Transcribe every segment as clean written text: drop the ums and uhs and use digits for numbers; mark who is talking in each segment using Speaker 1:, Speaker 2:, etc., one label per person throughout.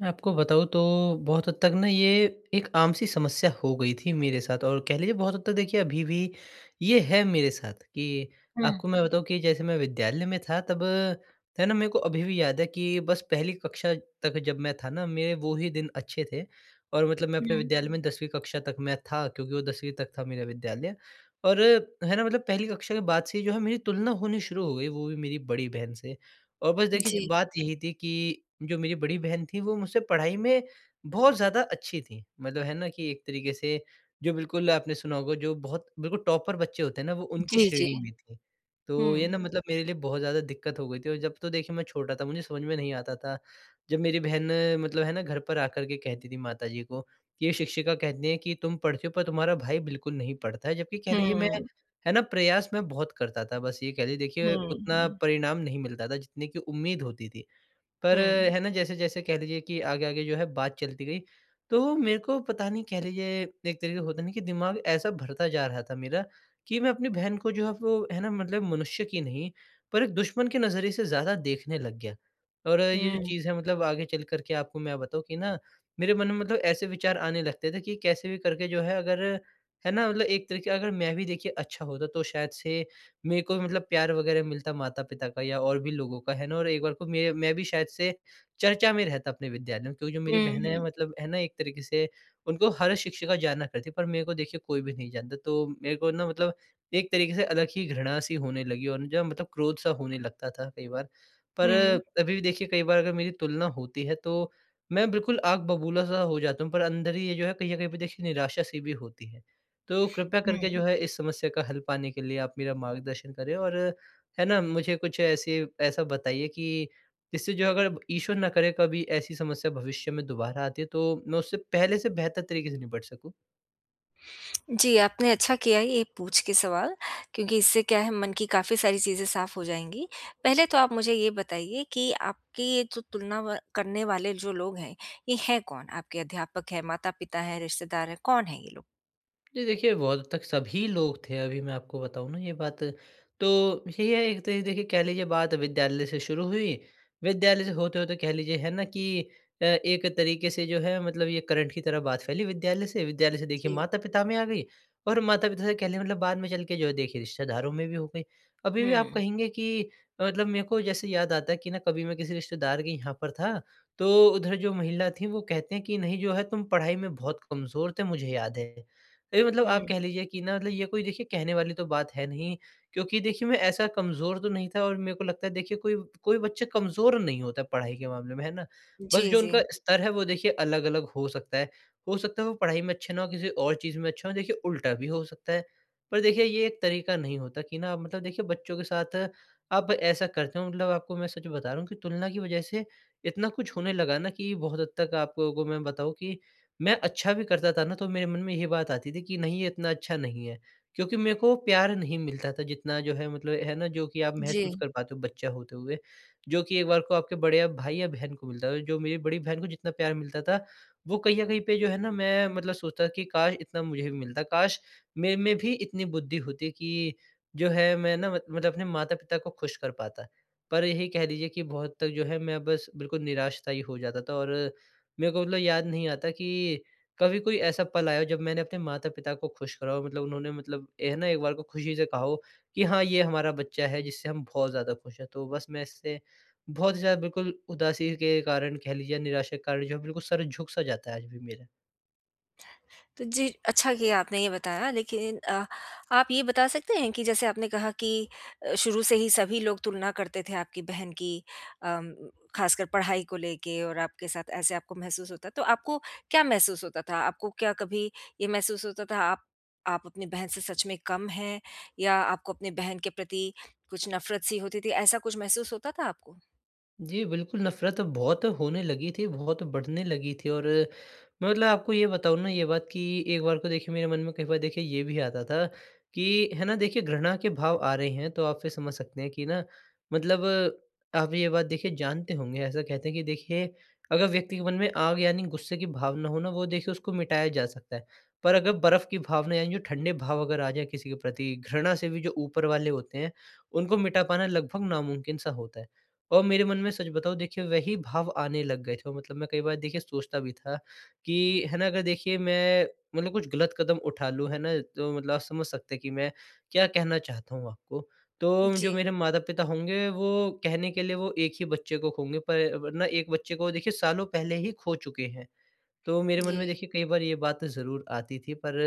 Speaker 1: मैं आपको बताऊँ तो बहुत हद तक ना, ये एक आम-सी समस्या हो गई थी मेरे साथ और कह लीजिए बहुत हद तक देखिए अभी भी ये है मेरे साथ कि
Speaker 2: हुँ,
Speaker 1: आपको मैं बताऊँ कि जैसे मैं विद्यालय में था तब है ना, मेरे को अभी भी याद है कि बस पहली कक्षा तक जब मैं था ना, मेरे वो ही दिन अच्छे थे। और मतलब मैं अपने
Speaker 2: हुँ।
Speaker 1: विद्यालय में 10वीं कक्षा तक मैं था क्योंकि वो 10वीं तक था मेरा विद्यालय। और है ना मतलब पहली कक्षा के बाद से ही जो है मेरी तुलना होनी शुरू हो गई, वो भी मेरी बड़ी बहन से। और बस देखिए च
Speaker 2: जी।
Speaker 1: बात यही थी कि जो मेरी बड़ी बहन थी वो मुझसे पढ़ाई में बहुत ज़्यादा अच्छी थी। मतलब है ना कि एक तरीके से जो बिल्कुल आपने सुना होगा जो बहुत बिल्कुल टॉपर बच्चे होते हैं ना, वो उनकी
Speaker 2: जी, जी।
Speaker 1: श्रेणी में थी। तो ये
Speaker 2: हुँ।
Speaker 1: ना मतलब मेरे लिए बहुत ज़्यादा दिक्कत हो गई थी और जब तो देखिए मैं छोटा था मुझे समझ में नहीं आता था। जब मेरी बहन मतलब है ना घर पर आकर के कहती थी माताजी को कि ये शिक्षिका कहती हैं कि तुम पढ़ते हो पर तुम्हारा भाई बिल्कुल नहीं पढ़ता है। जबकि कह
Speaker 2: हुँ,
Speaker 1: लीजिए मैं,
Speaker 2: हुँ,
Speaker 1: है ना, प्रयास मैं बहुत करता था, बस ये कह लीजिए देखिए उतना
Speaker 2: हुँ।
Speaker 1: परिणाम नहीं मिलता था जितने की उम्मीद होती थी।
Speaker 2: हुँ,
Speaker 1: पर है ना, जैसे-जैसे कह लीजिए कि आगे-आगे जो है बात चलती गई, तो मेरे को पता नहीं कह लीजिए एक तरीके से होता नहीं कि दिमाग ऐसा भरता जा रहा था मेरा कि मैं अपनी बहन को जो है वो है ना मतलब मनुष्य की नहीं, पर एक दुश्मन के नज़रिए से ज़्यादा देखने लग गया। और ये जो
Speaker 2: हुँ,
Speaker 1: चीज़ है मतलब आगे चल कर के आपको मैं बताऊँ कि ना मेरे मन में मतलब ऐसे विचार आने लगते थे कि कैसे भी करके जो है अगर है ना मतलब एक तरीके अगर मैं भी देखिए अच्छा होता तो शायद से मेरे को मतलब प्यार वगैरह मिलता माता-पिता का या और भी लोगों का, है ना? और एक बार को मैं भी शायद से चर्चा में रहता अपने विद्यालय में, क्योंकि जो मेरी
Speaker 2: हुँ,
Speaker 1: बहनें हैं
Speaker 2: हुँ,
Speaker 1: मतलब है ना एक तरीके से उनको हर शिक्षिका जाना करती है, पर मेरे को देखिए कोई भी नहीं जानता। तो मेरे को ना मतलब एक तरीके से अलग ही घृणा सी होने लगी और जो मतलब क्रोध सा होने लगता था कई बार। पर
Speaker 2: हुँ।
Speaker 1: अभी भी देखिए कई बार अगर मेरी तुलना होती है तो मैं बिल्कुल आग बबूला सा हो जाता हूँ, पर अंदर ही ये जो है कहीं न कहीं पे देखिए निराशा सी भी होती है। तो कृपया करके
Speaker 2: हुँ।
Speaker 1: जो है इस समस्या का हल पाने के लिए आप मेरा मार्गदर्शन करें और है ना मुझे कुछ ऐसे ऐसा बताइए कि जिससे जो अगर ईश्वर ना करे कभी ऐसी समस्या भविष्य में दोबारा आती है तो मैं उससे पहले से बेहतर तरीके से निपट सकूँ।
Speaker 2: जी, आपने अच्छा किया ये पूछ के सवाल क्योंकि इससे क्या है मन की काफ़ी सारी चीज़ें साफ़ हो जाएँगी। पहले तो आप मुझे ये बताइए कि आपकी ये जो तुलना व करने वाले जो लोग हैं, ये हैं कौन? आपके अध्यापक हैं, माता-पिता हैं, रिश्तेदार हैं, कौन हैं ये लोग?
Speaker 1: जी, देखिए बहुत तक सभी लोग थे। अभी मैं आपको बताऊँ ना ये बात, तो यही है एक तरीके देखिए कह लीजिए बात विद्यालय से शुरू हुई। विद्यालय से होते-होते कह लीजिए है ना कि एक तरीके से जो है मतलब ये करंट की तरह बात फैली विद्यालय से देखिए
Speaker 2: जी।
Speaker 1: माता-पिता में आ गई और माता-पिता से कह लें मतलब बाद में चल के जो है देखिए रिश्तेदारों में भी हो गई। अभी भी आप
Speaker 2: हुँ,
Speaker 1: कहेंगे कि मतलब मेरे को जैसे याद आता है कि ना कभी मैं किसी रिश्तेदार के यहाँ पर था, तो उधर जो महिला थी वो कहते हैं कि नहीं जो है तुम पढ़ाई में बहुत कमज़ोर थे मुझे याद है। ये मतलब आप
Speaker 2: हुँ।
Speaker 1: कह लीजिए कि ना मतलब ये कोई देखिए कहने वाली तो बात है नहीं, क्योंकि देखिए मैं ऐसा कमज़ोर तो नहीं था और मेरे को लगता है देखिए कोई कोई बच्चा कमज़ोर नहीं होता पढ़ाई के मामले में, है ना? बस
Speaker 2: जी,
Speaker 1: जो
Speaker 2: जी।
Speaker 1: उनका स्तर है वो देखिए अलग-अलग हो सकता है। हो सकता है वो पढ़ाई में अच्छे ना हो, किसी और चीज़ में अच्छा हो, देखिए उल्टा भी हो सकता है। पर देखिए ये एक तरीका नहीं होता कि ना आप मतलब देखिए बच्चों के साथ आप ऐसा करते हो। मतलब आपको मैं सच बता रहा हूँ कि तुलना की वज़ह से इतना कुछ होने लगा ना कि बहुत हद तक आपको को मैं बताऊँ कि मैं अच्छा भी करता था ना तो मेरे मन में ये बात आती थी कि नहीं ये इतना अच्छा नहीं है, क्योंकि मेरे को प्यार नहीं मिलता था जितना जो है मतलब है ना जो कि आप
Speaker 2: जी।
Speaker 1: महसूस कर पाते हो बच्चा होते हुए, जो कि एक बार को आपके बड़े या भाई या बहन को मिलता था। जो मेरी बड़ी बहन को जितना प्यार मिलता था, वो कहीं न कहीं पे जो है ना मैं मतलब सोचता कि काश इतना मुझे भी मिलता, काश मेरे में भी इतनी बुद्धि होती कि जो है मैं ना मत मतलब अपने माता-पिता को खुश कर पाता। पर यही कह लीजिए कि बहुत तक जो है मैं बस बिल्कुल निराश-सा ही हो जाता था और मेरे को मतलब याद नहीं आता कि कभी कोई ऐसा पल आया हो जब मैंने अपने माता-पिता को खुश करा हो, मतलब उन्होंने मतलब ये है ना एक बार को खुशी से कहा हो कि हाँ, ये हमारा बच्चा है जिससे हम बहुत ज़्यादा खुश हैं। तो बस मैं इससे बहुत ज़्यादा बिल्कुल उदासी के कारण कह लीजिए या निराशा के कारण जो है बिल्कुल सर झुक-सा जाता है आज भी मेरा।
Speaker 2: तो जी, अच्छा किया आपने ये बताया लेकिन आप ये बता सकते हैं कि जैसे आपने कहा कि शुरू से ही सभी लोग तुलना करते थे आपकी बहन की अम, खासकर पढ़ाई को लेके और आपके साथ ऐसे आपको महसूस होता तो आपको क्या महसूस होता था? आपको क्या कभी ये महसूस होता था आप अपनी बहन से सच में कम हैं या आपको अपनी बहन के प्रति कुछ नफ़रत सी होती थी, ऐसा कुछ महसूस होता था आपको?
Speaker 1: जी, बिल्कुल, नफ़रत बहुत होने लगी थी, बहुत बढ़ने लगी थी और मैं मतलब आपको ये बताऊँ ना ये बात कि एक बार को देखिए मेरे मन में कई बार देखिए ये भी आता था कि है ना, देखिए घृणा के भाव आ रहे हैं, तो आप फिर समझ सकते हैं कि ना मतलब आप ये बात देखिए जानते होंगे, ऐसा कहते हैं कि देखिए अगर व्यक्ति के मन में आग यानी गुस्से की भावना हो ना, वो देखिए उसको मिटाया जा सकता है। पर अगर बर्फ़ की भावना यानी जो ठंडे भाव अगर आ जाए किसी के प्रति, घृणा से भी जो ऊपर वाले होते हैं, उनको मिटा पाना लगभग नामुमकिन सा होता है। और मेरे मन में सच बताऊँ देखिए वही भाव आने लग गए थे, और मतलब मैं कई बार देखिए सोचता भी था कि है ना अगर देखिए मैं मतलब कुछ गलत कदम उठा लूँ है ना तो मतलब आप समझ सकते हैं कि मैं क्या कहना चाहता हूँ आपको। तो जो
Speaker 2: जी,
Speaker 1: मेरे माता-पिता होंगे वो कहने के लिए वो एक ही बच्चे को खोएँगे, पर वरना एक बच्चे को देखिए सालों पहले ही खो चुके हैं। तो मेरे मन
Speaker 2: जी।
Speaker 1: में देखिए कई बार ये बात ज़रूर आती थी, पर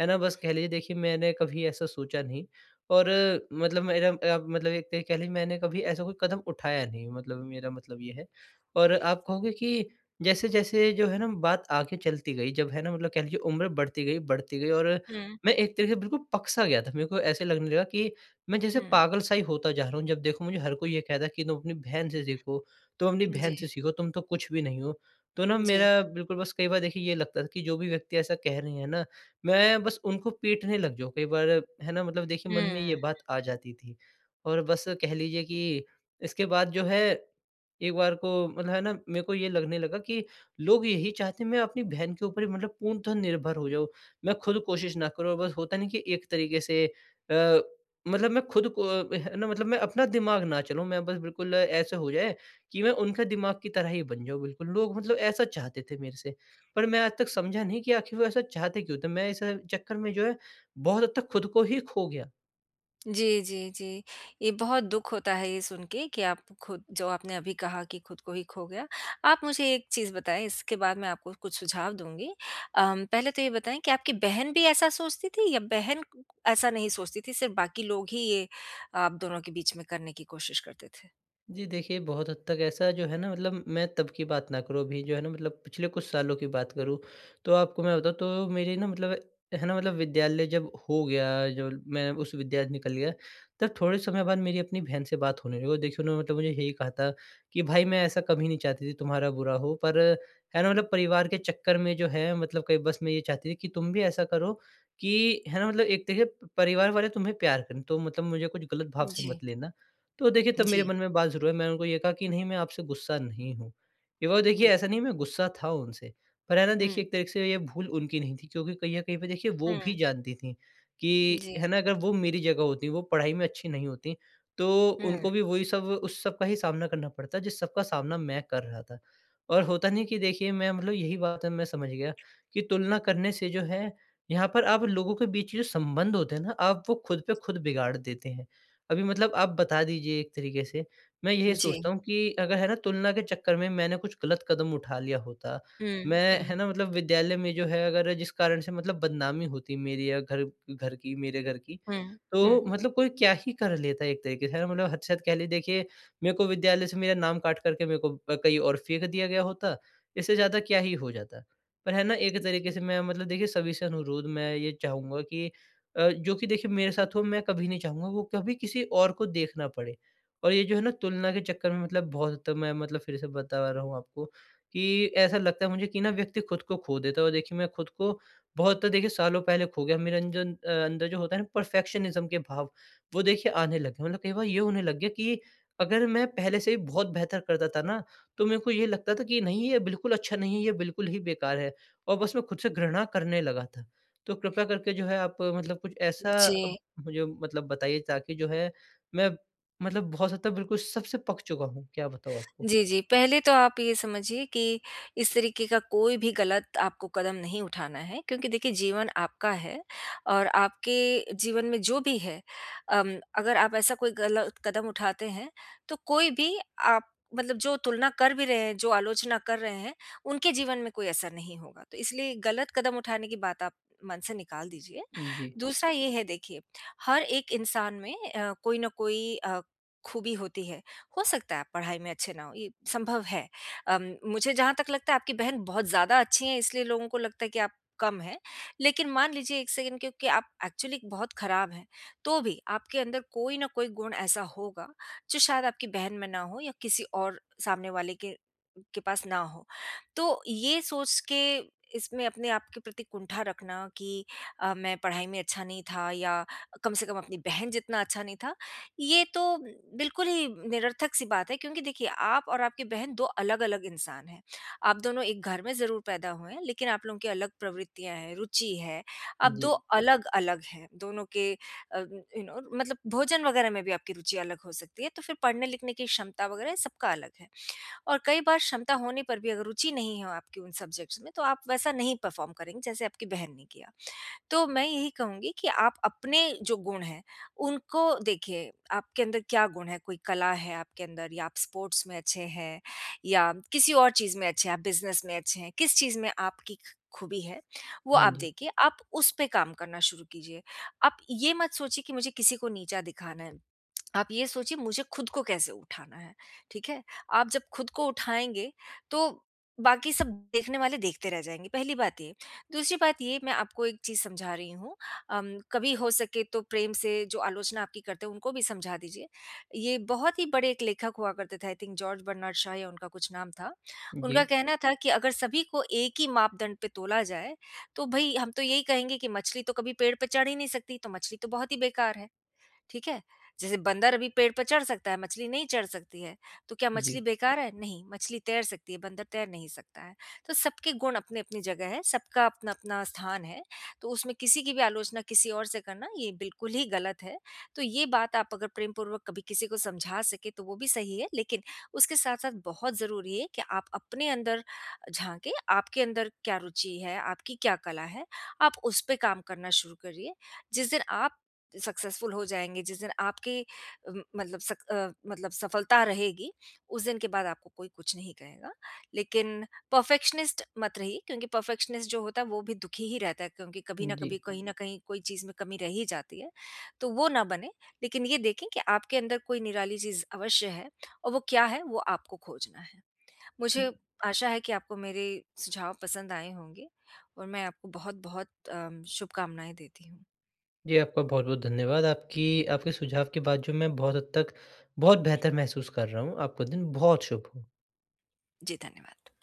Speaker 1: है ना बस कह लीजिए देखिए मैंने कभी ऐसा सोचा नहीं, और मतलब मेरा मतलब एक तरीके कह लीजिए मैंने कभी ऐसा कोई कदम उठाया नहीं, मतलब मेरा मतलब ये है। और आप कहोगे कि जैसे-जैसे जो है ना बात आगे चलती गई, जब है ना मतलब कह लीजिए उम्र बढ़ती गई और
Speaker 2: हुँ,
Speaker 1: मैं एक तरह से बिल्कुल पक-सा गया था। मेरे को ऐसे लगने लगा कि मैं जैसे
Speaker 2: हुँ।
Speaker 1: पागल-सा ही होता जा रहा हूँ। जब देखो मुझे हर कोई ये कहता है कि तुम अपनी बहन से सीखो, तुम अपनी
Speaker 2: जी,
Speaker 1: बहन से सीखो, तुम तो कुछ भी नहीं हो। तो ना
Speaker 2: जी।
Speaker 1: मेरा बिल्कुल बस कई बार देखिए ये लगता था कि जो भी व्यक्ति ऐसा कह रहे हैं ना, मैं बस उनको पीटने लग जाऊँ कई बार, है ना मतलब देखिए मन
Speaker 2: हुँ।
Speaker 1: में ये बात आ जाती थी। और बस कह लीजिए कि इसके बाद जो है, एक बार को मतलब है ना मेरे को ये लगने लगा कि लोग यही चाहते हैं मैं अपनी बहन के ऊपर ही मतलब पूर्णतः निर्भर हो जाऊँ। मैं खुद कोशिश ना करूँ और बस होता नहीं कि एक तरीके से अ, मतलब मैं खुद को, है ना मतलब मैं अपना दिमाग ना चलाऊँ, मैं बस बिल्कुल ऐसे हो जाए कि मैं उनका दिमाग की तरह ही बन जाऊँ बिल्कुल। लोग मतलब ऐसा चाहते थे मेरे से, पर मैं आज तक समझा नहीं कि आखिर वो ऐसा चाहते क्यों थे? मैं इस चक्कर में जो है बहुत हद तक खुद को ही खो गया।
Speaker 2: जी, जी, जी। ये बहुत दुःख होता है ये सुन के कि आप खुद जो आपने अभी कहा कि खुद को ही खो गया। आप मुझे एक चीज़ बताएँ इसके बाद मैं आपको कुछ सुझाव दूँगी। पहले तो ये बताएँ कि आपकी बहन भी ऐसा सोचती थी या बहन ऐसा नहीं सोचती थी, सिर्फ़ बाकी लोग ही ये आप दोनों के बीच में करने की कोशिश करते थे?
Speaker 1: जी देखिए, बहुत हद तक ऐसा जो है ना मतलब मैं तब की बात ना करूँ, अभी जो है ना मतलब पिछले कुछ सालों की बात करूँ, तो आपको मैं बताऊँ तो मेरी ना मतलब है ना मतलब विद्यालय जब हो गया, जो मैं उस विद्यालय से निकल गया, तब थोड़े समय बाद मेरी अपनी बहन से बात होने लगी और देखिए उन्होंने मतलब मुझे यही कहा था कि भाई मैं ऐसा कभी नहीं चाहती थी तुम्हारा बुरा हो, पर है ना मतलब परिवार के चक्कर में जो है मतलब कई बस मैं ये चाहती थी कि तुम भी ऐसा करो कि है ना मतलब एक देखिए परिवार वाले तुम्हें प्यार करें, तो मतलब मुझे कुछ गलत भाव से
Speaker 2: जी,
Speaker 1: मत लेना। तो देखिए तब मेरे
Speaker 2: जी,
Speaker 1: मन में बात ज़रूर है, मैंने उनको ये कहा कि नहीं मैं आपसे गुस्सा नहीं हूँ। ये वो देखिए
Speaker 2: जी।
Speaker 1: ऐसा नहीं मैं गुस्सा था उनसे, पर है ना
Speaker 2: हुँ,
Speaker 1: देखिए एक तरीके से ये भूल उनकी नहीं थी, क्योंकि कहीं न कहीं पे देखिए वो भी
Speaker 2: हुँ,
Speaker 1: जानती थीं कि
Speaker 2: जी,
Speaker 1: है ना अगर वो मेरी जगह होतीं, वो पढ़ाई में अच्छी नहीं होतीं, तो
Speaker 2: हुँ,
Speaker 1: उनको भी वही सब उस सब का ही सामना करना पड़ता जिस सब का सामना मैं कर रहा था। और होता नहीं कि देखिए मैं मतलब यही बात है मैं समझ गया कि तुलना करने से जो है यहाँ पर आप लोगों के बीच जो संबंध होते हैं ना, आप वो खुद पे खुद बिगाड़ देते हैं। अभी मतलब आप बता दीजिए एक तरीके से। मैं यही
Speaker 2: जी,
Speaker 1: सोचता हूँ कि अगर है ना तुलना के चक्कर में मैंने कुछ गलत कदम उठा लिया होता,
Speaker 2: हुँ,
Speaker 1: मैं
Speaker 2: हुँ,
Speaker 1: है ना मतलब विद्यालय में जो है अगर जिस कारण से मतलब बदनामी होती मेरी या घर घर की मेरे घर की,
Speaker 2: हुँ,
Speaker 1: तो
Speaker 2: हुँ,
Speaker 1: मतलब कोई क्या ही कर लेता एक तरीके से, है ना मतलब हद से हद कह लीजिए देखिए मेरे को विद्यालय से मेरा नाम काट कर के मेरे को कहीं और फेंक दिया गया होता, इससे ज़्यादा क्या ही हो जाता। पर है ना एक तरीके से मैं मतलब देखिए सभी से अनुरोध मैं ये चाहूँगा कि जो कि देखिए मेरे साथ हो मैं कभी नहीं चाहूँगा वो कभी किसी और को देखना पड़े। और ये जो है ना तुलना के चक्कर में मतलब बहुत हद तक मैं मतलब फिर से बता रहा हूँ आपको कि ऐसा लगता है मुझे कि ना व्यक्ति खुद को खो देता है, और देखिए मैं खुद को बहुत तो देखिए सालों पहले खो गया। मेरे अंदर जो होता है ना परफेक्शनिज़्म के भाव वो देखिए आने लग गए। मतलब कई बार ये होने लग गया कि अगर मैं पहले से ही बहुत बेहतर करता था ना तो मेरे को ये लगता था कि नहीं ये बिल्कुल अच्छा नहीं है, ये बिल्कुल ही बेकार है और बस मैं खुद से घृणा करने लगा था। तो कृपया करके जो है आप मतलब कुछ ऐसा
Speaker 2: जी।
Speaker 1: अब मुझे मतलब बताइए ताकि जो है मैं मतलब बहुत हद तक बिल्कुल सबसे पक चुका हूँ, क्या बताऊँ आपको?
Speaker 2: जी, जी। पहले तो आप ये समझिए कि इस तरीके का कोई भी गलत आपको कदम नहीं उठाना है क्योंकि देखिए जीवन आपका है और आपके जीवन में जो भी है अगर आप ऐसा कोई गलत कदम उठाते हैं, तो कोई भी आप मतलब जो तुलना कर भी रहे हैं, जो आलोचना कर रहे हैं, उनके जीवन में कोई असर नहीं होगा। तो इसलिए गलत कदम उठाने की बात आप मन से निकाल दीजिए।
Speaker 1: जी,
Speaker 2: दूसरा ये है देखिए, हर एक इंसान में कोई न कोई खूबी होती है। हो सकता है आप पढ़ाई में अच्छे ना हों, ये संभव है। मुझे जहाँ तक लगता है आपकी बहन बहुत ज़्यादा अच्छी हैं इसलिए लोगों को लगता है कि आप कम हैं। लेकिन मान लीजिए 1 सेकंड क्योंकि आप एक्चुअली बहुत खराब हैं, तो भी आपके अंदर कोई ना कोई गुण ऐसा होगा जो शायद आपकी बहन में ना हो या किसी और सामने वाले के पास ना हो। तो ये सोच के इसमें अपने आप के प्रति कुंठा रखना कि मैं पढ़ाई में अच्छा नहीं था या कम से कम अपनी बहन जितना अच्छा नहीं था, ये तो बिल्कुल ही निरर्थक सी बात है क्योंकि देखिए आप और आपकी बहन 2 अलग-अलग इंसान हैं। आप दोनों एक घर में ज़रूर पैदा हुए हैं लेकिन आप लोगों की अलग प्रवृत्तियाँ हैं, रुचि है। आप
Speaker 1: जी।
Speaker 2: 2 अलग-अलग हैं, दोनों के मतलब भोजन वगैरह में भी आपकी रुचि अलग हो सकती है, तो फिर पढ़ने-लिखने की क्षमता वगैरह ये सबका अलग है। और कई बार क्षमता होने पर भी अगर रुचि नहीं हो आपकी उन सब्जेक्ट्स में तो आप वैसा नहीं परफ़ॉर्म करेंगे जैसे आपकी बहन ने किया। तो मैं यही कहूँगी कि आप अपने जो गुण हैं, उनको देखिए, आपके अंदर क्या गुण है? कोई कला है आपके अंदर या आप स्पोर्ट्स में अच्छे हैं या किसी और चीज़ में अच्छे हैं, आप बिज़नेस में अच्छे हैं, किस चीज़ में आपकी ख खूबी है, वो
Speaker 1: हाँ
Speaker 2: आप
Speaker 1: जी।
Speaker 2: देखिए, आप उस पे काम करना शुरू कीजिए। आप ये मत सोचिए कि मुझे किसी को नीचा दिखाना है। आप ये सोचिए मुझे खुद को कैसे उठाना है, ठीक है? आप जब खुद को उठाएँगे तो बाकी सब देखने वाले देखते रह जाएँगे, पहली बात ये। दूसरी बात ये मैं आपको एक चीज़ समझा रही हूँ कभी हो सके तो प्रेम से जो आलोचना आपकी करते हैं उनको भी समझा दीजिए। ये बहुत ही बड़े एक लेखक हुआ करते थे I think George Bernard Shaw या उनका कुछ नाम था।
Speaker 1: जी,
Speaker 2: उनका कहना था कि अगर सभी को एक ही मापदंड पे तोला जाए, तो भई हम तो यही कहेंगे कि मछली तो कभी पेड़ पे चढ़ ही नहीं सकती, तो मछली तो बहुत ही बेकार है। ठीक है? जैसे बंदर अभी पेड़ पर चढ़ सकता है, मछली नहीं चढ़ सकती है। तो क्या मछली
Speaker 1: जी,
Speaker 2: बेकार है? नहीं, मछली तैर सकती है, बंदर तैर नहीं सकता है। तो सबके गुण अपनी-अपनी जगह है, सबका अपना-अपना स्थान है। तो उसमें किसी की भी आलोचना किसी और से करना ये बिल्कुल ही गलत है। तो ये बात आप अगर प्रेमपूर्वक कभी किसी को समझा सकें तो वो भी सही है, लेकिन उसके साथ-साथ बहुत ज़रूरी है कि आप अपने अंदर झाँकें, आपके अंदर क्या रुचि है, आपकी क्या कला है, आप उस पे काम करना शुरू करिए। जिस दिन आप सक्सेसफुल हो जाएँगे, जिस दिन आपकी मतलब मतलब सफलता रहेगी, उस दिन के बाद आपको कोई कुछ नहीं कहेगा। लेकिन परफेक्शनिस्ट मत रहिए क्योंकि परफेक्शनिस्ट जो होता है वो भी दुखी ही रहता है क्योंकि कभी न
Speaker 1: जी।
Speaker 2: कभी, कहीं न कहीं कोई चीज़ में कमी रह ही जाती है। तो वो ना बने, लेकिन ये देखें कि आपके अंदर कोई निराली चीज़ अवश्य है और वो क्या है वो आपको खोजना है। मुझे आशा है कि आपको मेरे सुझाव पसंद आए होंगे और मैं आपको बहुत-बहुत शुभकामनाएँ देती हूँ।
Speaker 1: जी, आपका बहुत-बहुत धन्यवाद। आपकी आपके सुझाव के बाद जो मैं बहुत हद तक बहुत बेहतर महसूस कर रहा हूँ। आपका दिन बहुत शुभ हो।
Speaker 2: जी, धन्यवाद।